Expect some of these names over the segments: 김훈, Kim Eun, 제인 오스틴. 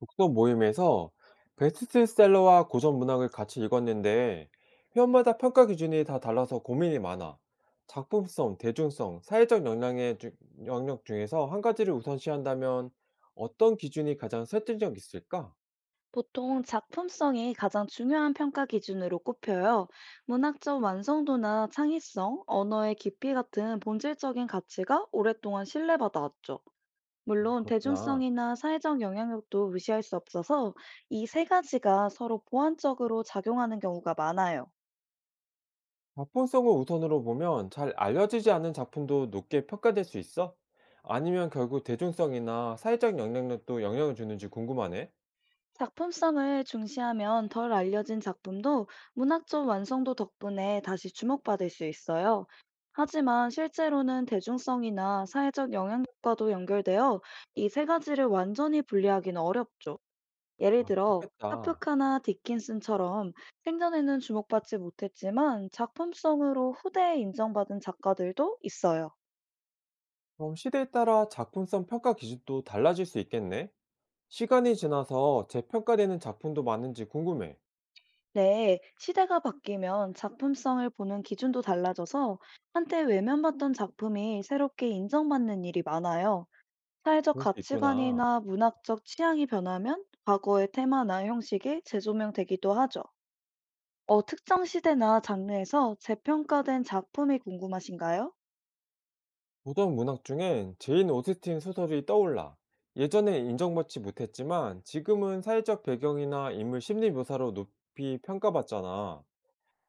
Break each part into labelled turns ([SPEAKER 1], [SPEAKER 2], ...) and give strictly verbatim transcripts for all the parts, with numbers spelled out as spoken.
[SPEAKER 1] 독서 모임에서 베스트셀러와 고전 문학을 같이 읽었는데 회원마다 평가 기준이 다 달라서 고민이 많아. 작품성, 대중성, 사회적 영향의 주- 영역 중에서 한 가지를 우선시한다면 어떤 기준이 가장 설득력 있을까?
[SPEAKER 2] 보통 작품성이 가장 중요한 평가 기준으로 꼽혀요. 문학적 완성도나 창의성, 언어의 깊이 같은 본질적인 가치가 오랫동안 신뢰받아왔죠. 물론
[SPEAKER 1] 그렇구나.
[SPEAKER 2] 대중성이나 사회적 영향력도 무시할 수 없어서 이 세 가지가 서로 보완적으로 작용하는 경우가 많아요.
[SPEAKER 1] 작품성을 우선으로 보면 잘 알려지지 않은 작품도 높게 평가될 수 있어? 아니면 결국 대중성이나 사회적 영향력도 영향을 주는지 궁금하네.
[SPEAKER 2] 작품성을 중시하면 덜 알려진 작품도 문학적 완성도 덕분에 다시 주목받을 수 있어요. 하지만 실제로는 대중성이나 사회적 영향력과도 연결되어 이 세 가지를 완전히 분리하기는 어렵죠. 예를
[SPEAKER 1] 아,
[SPEAKER 2] 들어,
[SPEAKER 1] 그렇겠다.
[SPEAKER 2] 카프카나 디킨슨처럼 생전에는 주목받지 못했지만 작품성으로 후대에 인정받은 작가들도 있어요.
[SPEAKER 1] 그럼 시대에 따라 작품성 평가 기준도 달라질 수 있겠네? 시간이 지나서 재평가되는 작품도 많은지 궁금해.
[SPEAKER 2] 네, 시대가 바뀌면 작품성을 보는 기준도 달라져서 한때 외면받던 작품이 새롭게 인정받는 일이 많아요. 사회적
[SPEAKER 1] 그럴 수 있구나.
[SPEAKER 2] 가치관이나 문학적 취향이 변하면 과거의 테마나 형식이 재조명되기도 하죠. 어, 특정 시대나 장르에서 재평가된 작품이 궁금하신가요?
[SPEAKER 1] 보던 문학 중엔 제인 오스틴 소설이 떠올라. 예전엔 인정받지 못했지만 지금은 사회적 배경이나 인물 심리 묘사로 높이 평가받잖아.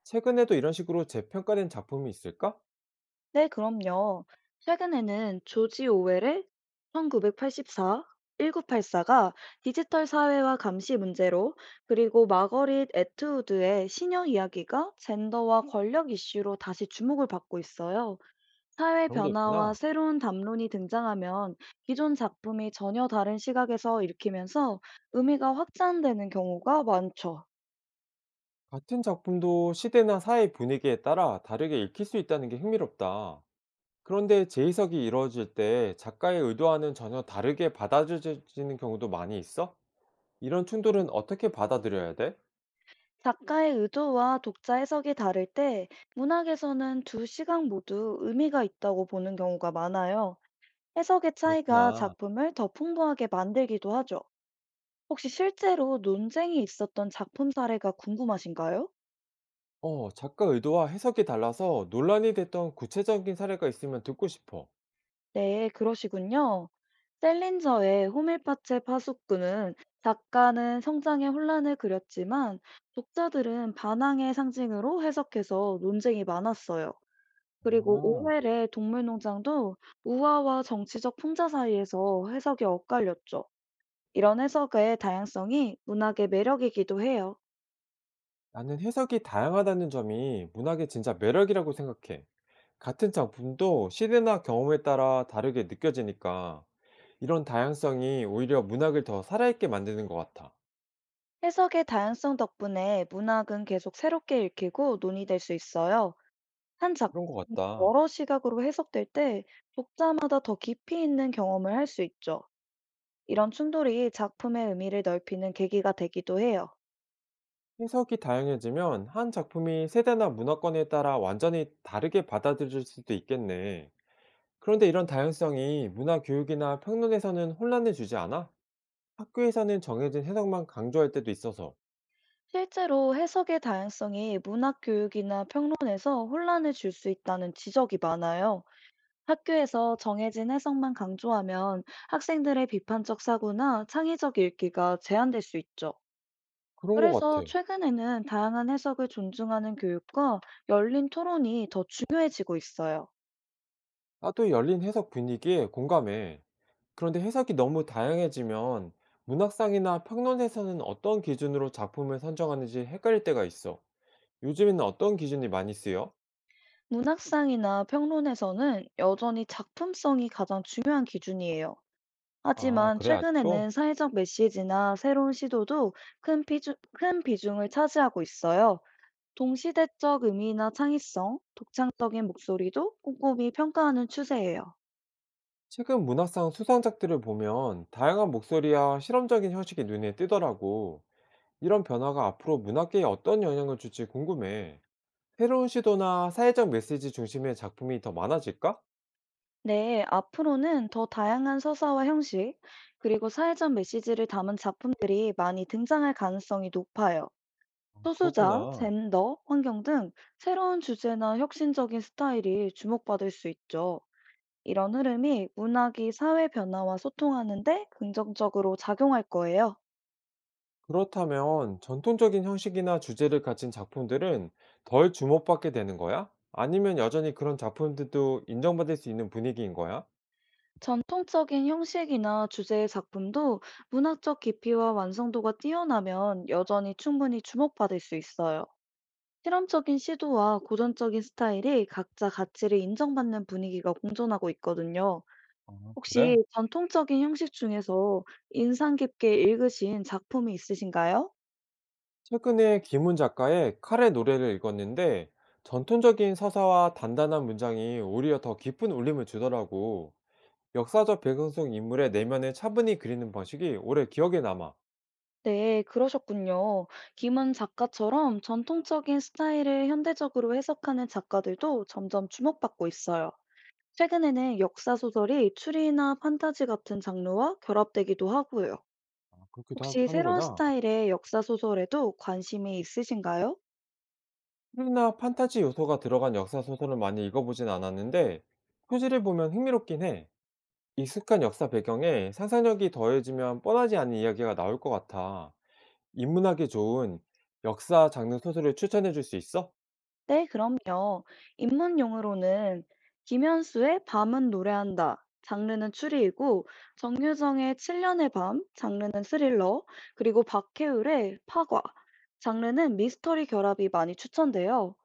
[SPEAKER 1] 최근에도 이런 식으로 재평가된 작품이 있을까?
[SPEAKER 2] 네, 그럼요. 최근에는 조지 오웰의 천구백팔십사, 천구백팔십사가 디지털 사회와 감시 문제로, 그리고 마거릿 애트우드의 시녀 이야기가 젠더와 권력 이슈로 다시 주목을 받고 있어요. 사회
[SPEAKER 1] 그런 게
[SPEAKER 2] 변화와
[SPEAKER 1] 있구나.
[SPEAKER 2] 새로운 담론이 등장하면 기존 작품이 전혀 다른 시각에서 읽히면서 의미가 확장되는 경우가 많죠.
[SPEAKER 1] 같은 작품도 시대나 사회 분위기에 따라 다르게 읽힐 수 있다는 게 흥미롭다. 그런데 재해석이 이루어질 때 작가의 의도와는 전혀 다르게 받아들여지는 경우도 많이 있어? 이런 충돌은 어떻게 받아들여야 돼?
[SPEAKER 2] 작가의 의도와 독자 해석이 다를 때 문학에서는 두 시각 모두 의미가 있다고 보는 경우가 많아요. 해석의 차이가
[SPEAKER 1] 그렇구나.
[SPEAKER 2] 작품을 더 풍부하게 만들기도 하죠. 혹시 실제로 논쟁이 있었던 작품 사례가 궁금하신가요?
[SPEAKER 1] 어, 작가 의도와 해석이 달라서 논란이 됐던 구체적인 사례가 있으면 듣고 싶어.
[SPEAKER 2] 네, 그러시군요. 셀린저의 호밀파체 파수꾼은 작가는 성장의 혼란을 그렸지만 독자들은 반항의 상징으로 해석해서 논쟁이 많았어요. 그리고 오
[SPEAKER 1] 아,
[SPEAKER 2] 웰의 동물농장도 우화와 정치적 풍자 사이에서 해석이 엇갈렸죠. 이런 해석의 다양성이 문학의 매력이기도 해요.
[SPEAKER 1] 나는 해석이 다양하다는 점이 문학의 진짜 매력이라고 생각해. 같은 작품도 시대나 경험에 따라 다르게 느껴지니까 이런 다양성이 오히려 문학을 더 살아있게 만드는 것 같아.
[SPEAKER 2] 해석의 다양성 덕분에 문학은 계속 새롭게 읽히고 논의될 수 있어요. 한
[SPEAKER 1] 그런 것
[SPEAKER 2] 작품이
[SPEAKER 1] 같다.
[SPEAKER 2] 여러 시각으로 해석될 때 독자마다 더 깊이 있는 경험을 할 수 있죠. 이런 충돌이 작품의 의미를 넓히는 계기가 되기도 해요.
[SPEAKER 1] 해석이 다양해지면 한 작품이 세대나 문화권에 따라 완전히 다르게 받아들일 수도 있겠네. 그런데 이런 다양성이 문화 교육이나 평론에서는 혼란을 주지 않아? 학교에서는 정해진 해석만 강조할 때도 있어서
[SPEAKER 2] 실제로 해석의 다양성이 문학 교육이나 평론에서 혼란을 줄 수 있다는 지적이 많아요. 학교에서 정해진 해석만 강조하면 학생들의 비판적 사고나 창의적 읽기가 제한될 수 있죠.
[SPEAKER 1] 그런 것
[SPEAKER 2] 그래서
[SPEAKER 1] 같아.
[SPEAKER 2] 최근에는 다양한 해석을 존중하는 교육과 열린 토론이 더 중요해지고 있어요.
[SPEAKER 1] 나도 열린 해석 분위기에 공감해. 그런데 해석이 너무 다양해지면 문학상이나 평론에서는 어떤 기준으로 작품을 선정하는지 헷갈릴 때가 있어. 요즘에는 어떤 기준이 많이 쓰여?
[SPEAKER 2] 문학상이나 평론에서는 여전히 작품성이 가장 중요한 기준이에요.
[SPEAKER 1] 아,
[SPEAKER 2] 하지만
[SPEAKER 1] 그래, 아직도?
[SPEAKER 2] 최근에는 사회적 메시지나 새로운 시도도 큰 비중, 큰 비중을 차지하고 있어요. 동시대적 의미나 창의성, 독창적인 목소리도 꼼꼼히 평가하는 추세예요.
[SPEAKER 1] 최근 문학상 수상작들을 보면 다양한 목소리와 실험적인 형식이 눈에 띄더라고. 이런 변화가 앞으로 문학계에 어떤 영향을 줄지 궁금해. 새로운 시도나 사회적 메시지 중심의 작품이 더 많아질까?
[SPEAKER 2] 네, 앞으로는 더 다양한 서사와 형식, 그리고 사회적 메시지를 담은 작품들이 많이 등장할 가능성이 높아요. 소수자,
[SPEAKER 1] 그렇구나.
[SPEAKER 2] 젠더, 환경 등 새로운 주제나 혁신적인 스타일이 주목받을 수 있죠. 이런 흐름이 문학이 사회 변화와 소통하는데 긍정적으로 작용할 거예요.
[SPEAKER 1] 그렇다면 전통적인 형식이나 주제를 가진 작품들은 덜 주목받게 되는 거야? 아니면 여전히 그런 작품들도 인정받을 수 있는 분위기인 거야?
[SPEAKER 2] 전통적인 형식이나 주제의 작품도 문학적 깊이와 완성도가 뛰어나면 여전히 충분히 주목받을 수 있어요. 실험적인 시도와 고전적인 스타일이 각자 가치를 인정받는 분위기가 공존하고 있거든요.
[SPEAKER 1] 아, 그래?
[SPEAKER 2] 혹시 전통적인 형식 중에서 인상 깊게 읽으신 작품이 있으신가요?
[SPEAKER 1] 최근에 김훈 작가의 칼의 노래를 읽었는데 전통적인 서사와 단단한 문장이 오히려 더 깊은 울림을 주더라고. 역사적 배경 속 인물의 내면을 차분히 그리는 방식이 오래 기억에 남아.
[SPEAKER 2] 네, 그러셨군요. 김은 작가처럼 전통적인 스타일을 현대적으로 해석하는 작가들도 점점 주목받고 있어요. 최근에는 역사 소설이 추리나 판타지 같은 장르와 결합되기도 하고요.
[SPEAKER 1] 아, 그렇기도 하-
[SPEAKER 2] 혹시 새로운
[SPEAKER 1] 하는구나.
[SPEAKER 2] 스타일의 역사 소설에도 관심이 있으신가요?
[SPEAKER 1] 스릴이나 판타지 요소가 들어간 역사 소설을 많이 읽어보진 않았는데 표지를 보면 흥미롭긴 해. 익숙한 역사 배경에 상상력이 더해지면 뻔하지 않은 이야기가 나올 것 같아. 인문학기 좋은 역사 장르 소설을 추천해 줄 수 있어?
[SPEAKER 2] 네, 그럼요. 입문용으로는 김현수의 밤은 노래한다. 장르는 추리이고, 정유정의 칠 년의 밤, 장르는 스릴러, 그리고 박해율의 파과, 장르는 미스터리 결합이 많이 추천돼요.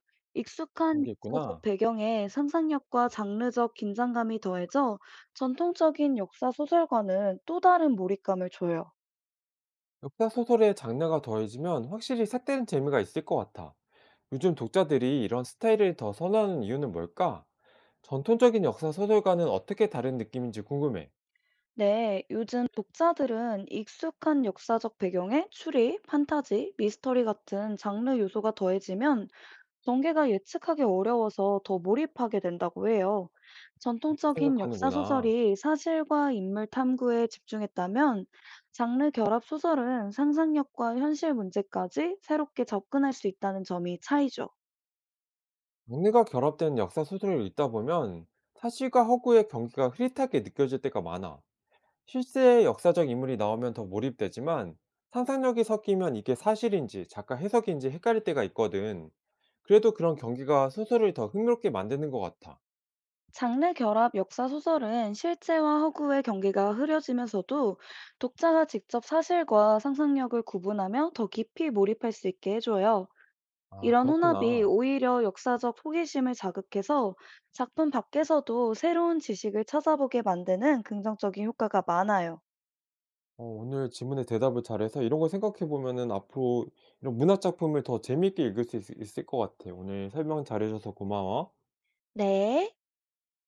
[SPEAKER 1] 그런
[SPEAKER 2] 익숙한
[SPEAKER 1] 게
[SPEAKER 2] 역사적
[SPEAKER 1] 있구나.
[SPEAKER 2] 배경에 상상력과 장르적 긴장감이 더해져 전통적인 역사 소설과는 또 다른 몰입감을 줘요.
[SPEAKER 1] 역사 소설의 장르가 더해지면 확실히 색다른 재미가 있을 것 같아. 요즘 독자들이 이런 스타일을 더 선호하는 이유는 뭘까? 전통적인 역사 소설과는 어떻게 다른 느낌인지 궁금해.
[SPEAKER 2] 네, 요즘 독자들은 익숙한 역사적 배경에 추리, 판타지, 미스터리 같은 장르 요소가 더해지면 전개가 예측하기 어려워서 더 몰입하게 된다고 해요.
[SPEAKER 1] 그렇게
[SPEAKER 2] 전통적인 역사
[SPEAKER 1] 생각하는구나.
[SPEAKER 2] 소설이 사실과 인물 탐구에 집중했다면 장르 결합 소설은 상상력과 현실 문제까지 새롭게 접근할 수 있다는 점이 차이죠.
[SPEAKER 1] 장르가 결합된 역사 소설을 읽다 보면 사실과 허구의 경계가 흐릿하게 느껴질 때가 많아. 실제의 역사적 인물이 나오면 더 몰입되지만 상상력이 섞이면 이게 사실인지 작가 해석인지 헷갈릴 때가 있거든. 그래도 그런 경계가 소설을 더 흥미롭게 만드는 것 같아.
[SPEAKER 2] 장르 결합 역사 소설은 실제와 허구의 경계가 흐려지면서도 독자가 직접 사실과 상상력을 구분하며 더 깊이 몰입할 수 있게 해줘요.
[SPEAKER 1] 아,
[SPEAKER 2] 이런 혼합이
[SPEAKER 1] 그렇구나.
[SPEAKER 2] 오히려 역사적 호기심을 자극해서 작품 밖에서도 새로운 지식을 찾아보게 만드는 긍정적인 효과가 많아요.
[SPEAKER 1] 어 오늘 질문에 대답을 잘해서 이런 걸 생각해 보면은 앞으로 이런 문학 작품을 더 재미있게 읽을 수 있을 있을 것 같아. 오늘 설명 잘해 줘서 고마워.
[SPEAKER 2] 네.